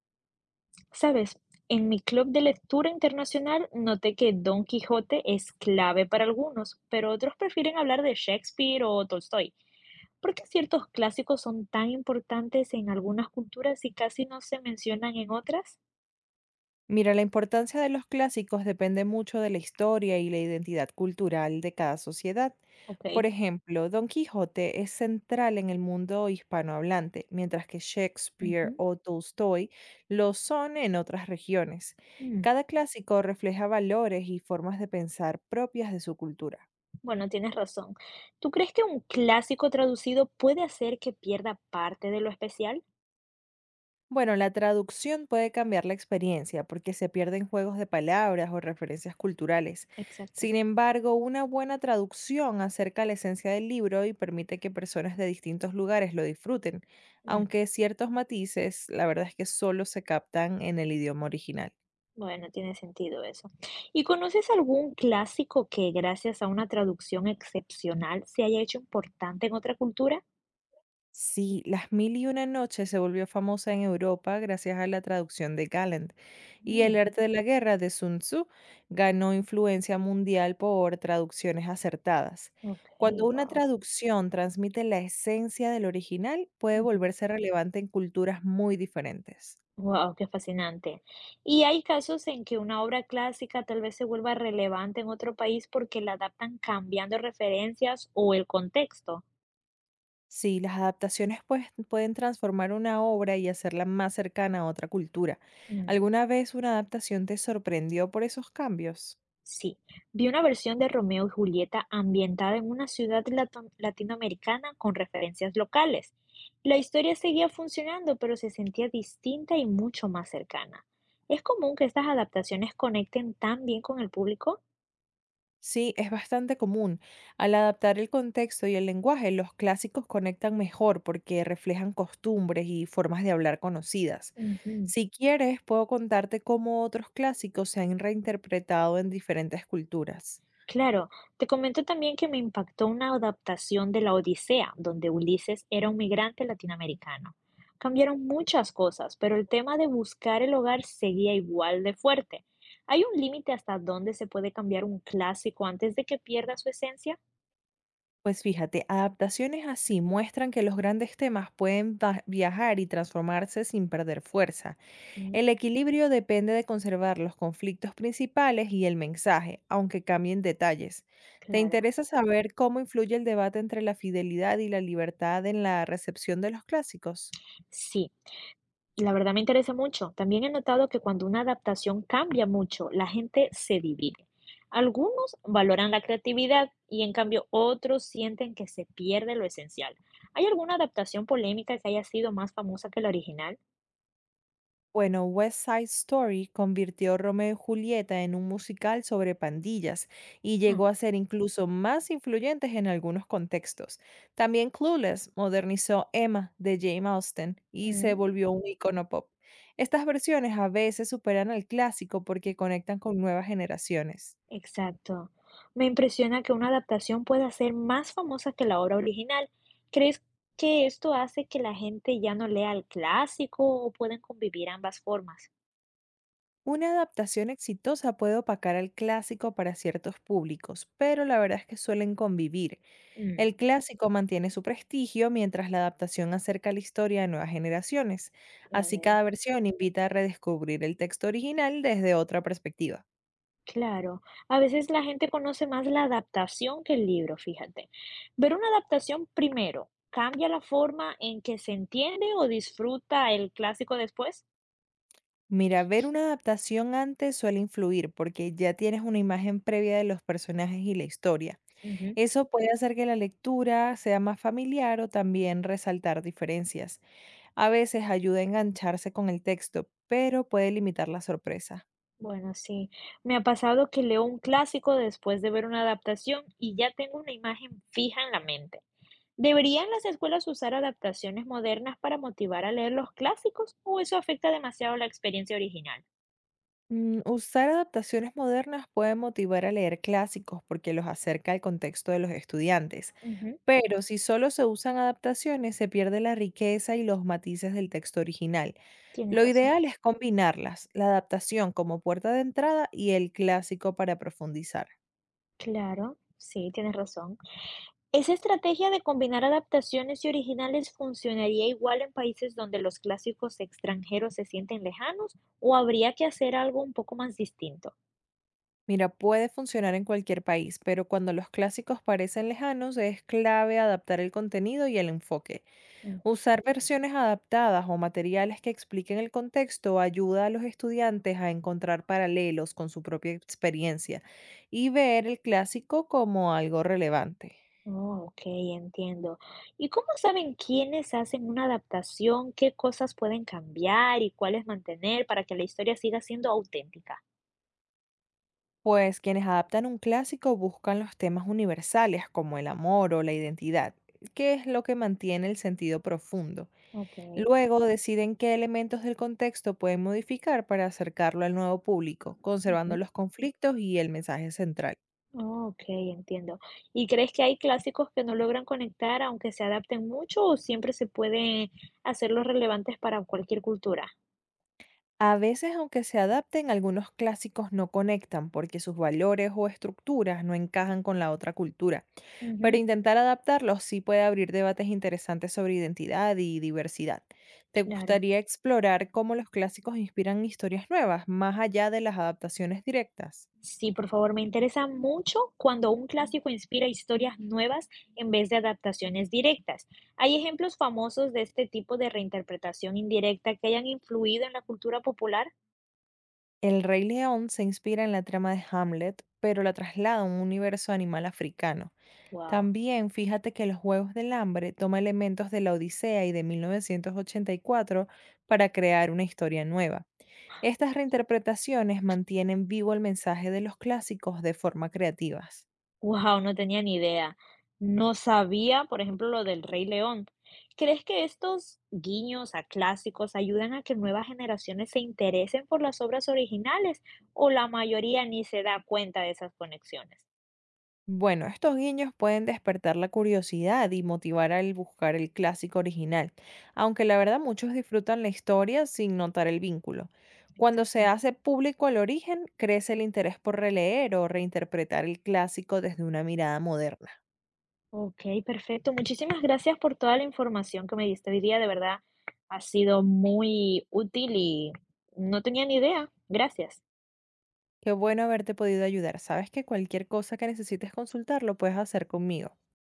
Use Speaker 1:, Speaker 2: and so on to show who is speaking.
Speaker 1: Sabes, en mi club de lectura internacional noté que Don Quijote es clave para algunos, pero otros prefieren hablar de Shakespeare o Tolstoy. ¿Por qué ciertos clásicos son tan importantes en algunas culturas y casi no se mencionan en otras?
Speaker 2: Mira, la importancia de los clásicos depende mucho de la historia y la identidad cultural de cada sociedad.
Speaker 1: Ok.
Speaker 2: Por ejemplo, Don Quijote es central en el mundo hispanohablante, mientras que Shakespeare
Speaker 1: Ujú.
Speaker 2: o Tolstoy lo son en otras regiones.
Speaker 1: Mm.
Speaker 2: Cada clásico refleja valores y formas de pensar propias de su cultura.
Speaker 1: Bueno, tienes razón. ¿Tú crees que un clásico traducido puede hacer que pierda parte de lo especial?
Speaker 2: Bueno, la traducción puede cambiar la experiencia porque se pierden juegos de palabras o referencias culturales.
Speaker 1: Exacto.
Speaker 2: Sin embargo, una buena traducción acerca la esencia del libro y permite que personas de distintos lugares lo disfruten,
Speaker 1: Mm.
Speaker 2: aunque ciertos matices, la verdad es que solo se captan en el idioma original.
Speaker 1: Bueno, tiene sentido eso. ¿Y conoces algún clásico que gracias a una traducción excepcional se haya hecho importante en otra cultura?
Speaker 2: Sí, Las Mil y Una Noches se volvió famosa en Europa gracias a la traducción de Galland, y El
Speaker 1: Mm.
Speaker 2: arte de la guerra de Sun Tzu ganó influencia mundial por traducciones acertadas.
Speaker 1: Ok.
Speaker 2: Cuando una
Speaker 1: Wow.
Speaker 2: traducción transmite la esencia del original, puede volverse relevante en culturas muy diferentes.
Speaker 1: Wow, qué fascinante. ¿Y hay casos en que una obra clásica tal vez se vuelva relevante en otro país porque la adaptan cambiando referencias o el contexto?
Speaker 2: Sí, las adaptaciones pues, pueden transformar una obra y hacerla más cercana a otra cultura. ¿Alguna vez una adaptación te sorprendió por esos cambios?
Speaker 1: Sí, vi una versión de Romeo y Julieta ambientada en una ciudad latinoamericana con referencias locales. La historia seguía funcionando, pero se sentía distinta y mucho más cercana. ¿Es común que estas adaptaciones conecten tan bien con el público?
Speaker 2: Sí, es bastante común. Al adaptar el contexto y el lenguaje, los clásicos conectan mejor porque reflejan costumbres y formas de hablar conocidas.
Speaker 1: Ujú.
Speaker 2: Si quieres, puedo contarte cómo otros clásicos se han reinterpretado en diferentes culturas.
Speaker 1: Claro, te comento también que me impactó una adaptación de la Odisea, donde Ulises era un migrante latinoamericano. Cambiaron muchas cosas, pero el tema de buscar el hogar seguía igual de fuerte. ¿Hay un límite hasta dónde se puede cambiar un clásico antes de que pierda su esencia?
Speaker 2: Pues fíjate, adaptaciones así muestran que los grandes temas pueden viajar y transformarse sin perder fuerza.
Speaker 1: Mm.
Speaker 2: El equilibrio depende de conservar los conflictos principales y el mensaje, aunque cambien detalles. ¿Te
Speaker 1: Claro.
Speaker 2: interesa saber cómo influye el debate entre la fidelidad y la libertad en la recepción de los clásicos?
Speaker 1: Sí, la verdad me interesa mucho. También he notado que cuando una adaptación cambia mucho, la gente se divide. Algunos valoran la creatividad y en cambio otros sienten que se pierde lo esencial. ¿Hay alguna adaptación polémica que haya sido más famosa que la original?
Speaker 2: Bueno, West Side Story convirtió Romeo y Julieta en un musical sobre pandillas y
Speaker 1: Mm,
Speaker 2: llegó a ser incluso más influyentes en algunos contextos. También Clueless modernizó Emma de Jane Austen y se
Speaker 1: mm,
Speaker 2: volvió un icono pop. Estas versiones a veces superan al clásico porque conectan con nuevas generaciones.
Speaker 1: exacto. Me impresiona que una adaptación pueda ser más famosa que la obra original. ¿Crees que esto hace que la gente ya no lea el clásico o pueden convivir ambas formas?
Speaker 2: Una adaptación exitosa puede opacar al clásico para ciertos públicos, pero la verdad es que suelen convivir.
Speaker 1: Mm.
Speaker 2: El clásico mantiene su prestigio mientras la adaptación acerca la historia a nuevas generaciones.
Speaker 1: Ya
Speaker 2: Así cada
Speaker 1: veo.
Speaker 2: versión invita a redescubrir el texto original desde otra perspectiva.
Speaker 1: Claro, a veces la gente conoce más la adaptación que el libro, fíjate. Ver una adaptación primero, ¿cambia la forma en que se entiende o disfruta el clásico después?
Speaker 2: Mira, ver una adaptación antes suele influir porque ya tienes una imagen previa de los personajes y la historia.
Speaker 1: Ujú.
Speaker 2: Eso puede hacer que la lectura sea más familiar o también resaltar diferencias. A veces ayuda a engancharse con el texto, pero puede limitar la sorpresa.
Speaker 1: Bueno, sí, me ha pasado que leo un clásico después de ver una adaptación y ya tengo una imagen fija en la mente. ¿Deberían las escuelas usar adaptaciones modernas para motivar a leer los clásicos o eso afecta demasiado la experiencia original?
Speaker 2: Usar adaptaciones modernas puede motivar a leer clásicos porque los acerca al contexto de los estudiantes,
Speaker 1: Ujú.
Speaker 2: pero si solo se usan adaptaciones se pierde la riqueza y los matices del texto original.
Speaker 1: Tienes
Speaker 2: Lo
Speaker 1: razón.
Speaker 2: ideal es combinarlas, la adaptación como puerta de entrada y el clásico para profundizar.
Speaker 1: Claro, sí, tienes razón. Esa estrategia de combinar adaptaciones y originales funcionaría igual en países donde los clásicos extranjeros se sienten lejanos o habría que hacer algo un poco más distinto.
Speaker 2: Mira, puede funcionar en cualquier país, pero cuando los clásicos parecen lejanos es clave adaptar el contenido y el enfoque.
Speaker 1: Mm.
Speaker 2: Usar versiones adaptadas o materiales que expliquen el contexto ayuda a los estudiantes a encontrar paralelos con su propia experiencia y ver el clásico como algo relevante.
Speaker 1: Oh, ok, entiendo. ¿Y cómo saben quiénes hacen una adaptación, qué cosas pueden cambiar y cuáles mantener para que la historia siga siendo auténtica?
Speaker 2: Pues quienes adaptan un clásico buscan los temas universales como el amor o la identidad, que es lo que mantiene el sentido profundo.
Speaker 1: Ok.
Speaker 2: Luego deciden qué elementos del contexto pueden modificar para acercarlo al nuevo público, conservando
Speaker 1: Ujú.
Speaker 2: los conflictos y el mensaje central.
Speaker 1: Oh, ok, entiendo. ¿Y crees que hay clásicos que no logran conectar aunque se adapten mucho o siempre se puede hacerlos relevantes para cualquier cultura?
Speaker 2: A veces, aunque se adapten, algunos clásicos no conectan porque sus valores o estructuras no encajan con la otra cultura, pero
Speaker 1: Ujú.
Speaker 2: intentar adaptarlos sí puede abrir debates interesantes sobre identidad y diversidad. ¿Te
Speaker 1: Claro.
Speaker 2: gustaría explorar cómo los clásicos inspiran historias nuevas, más allá de las adaptaciones directas?
Speaker 1: Sí, por favor, me interesa mucho cuando un clásico inspira historias nuevas en vez de adaptaciones directas. ¿Hay ejemplos famosos de este tipo de reinterpretación indirecta que hayan influido en la cultura popular?
Speaker 2: El Rey León se inspira en la trama de Hamlet, pero la traslada a un universo animal africano.
Speaker 1: Wow.
Speaker 2: También fíjate que los Juegos del Hambre toma elementos de la Odisea y de 1984 para crear una historia nueva. Estas reinterpretaciones mantienen vivo el mensaje de los clásicos de forma creativas.
Speaker 1: Wow, no tenía ni idea. No sabía, por ejemplo, lo del Rey León. ¿Crees que estos guiños a clásicos ayudan a que nuevas generaciones se interesen por las obras originales o la mayoría ni se da cuenta de esas conexiones?
Speaker 2: Bueno, estos guiños pueden despertar la curiosidad y motivar al buscar el clásico original, aunque la verdad muchos disfrutan la historia sin notar el vínculo. Cuando se
Speaker 1: Exacto.
Speaker 2: hace público el origen, crece el interés por releer o reinterpretar el clásico desde una mirada moderna.
Speaker 1: Ok, perfecto. Muchísimas gracias por toda la información que me diste hoy día. De verdad, ha sido muy útil y no tenía ni idea. Gracias.
Speaker 2: Qué bueno haberte podido ayudar. Sabes que cualquier cosa que necesites consultar lo puedes hacer conmigo.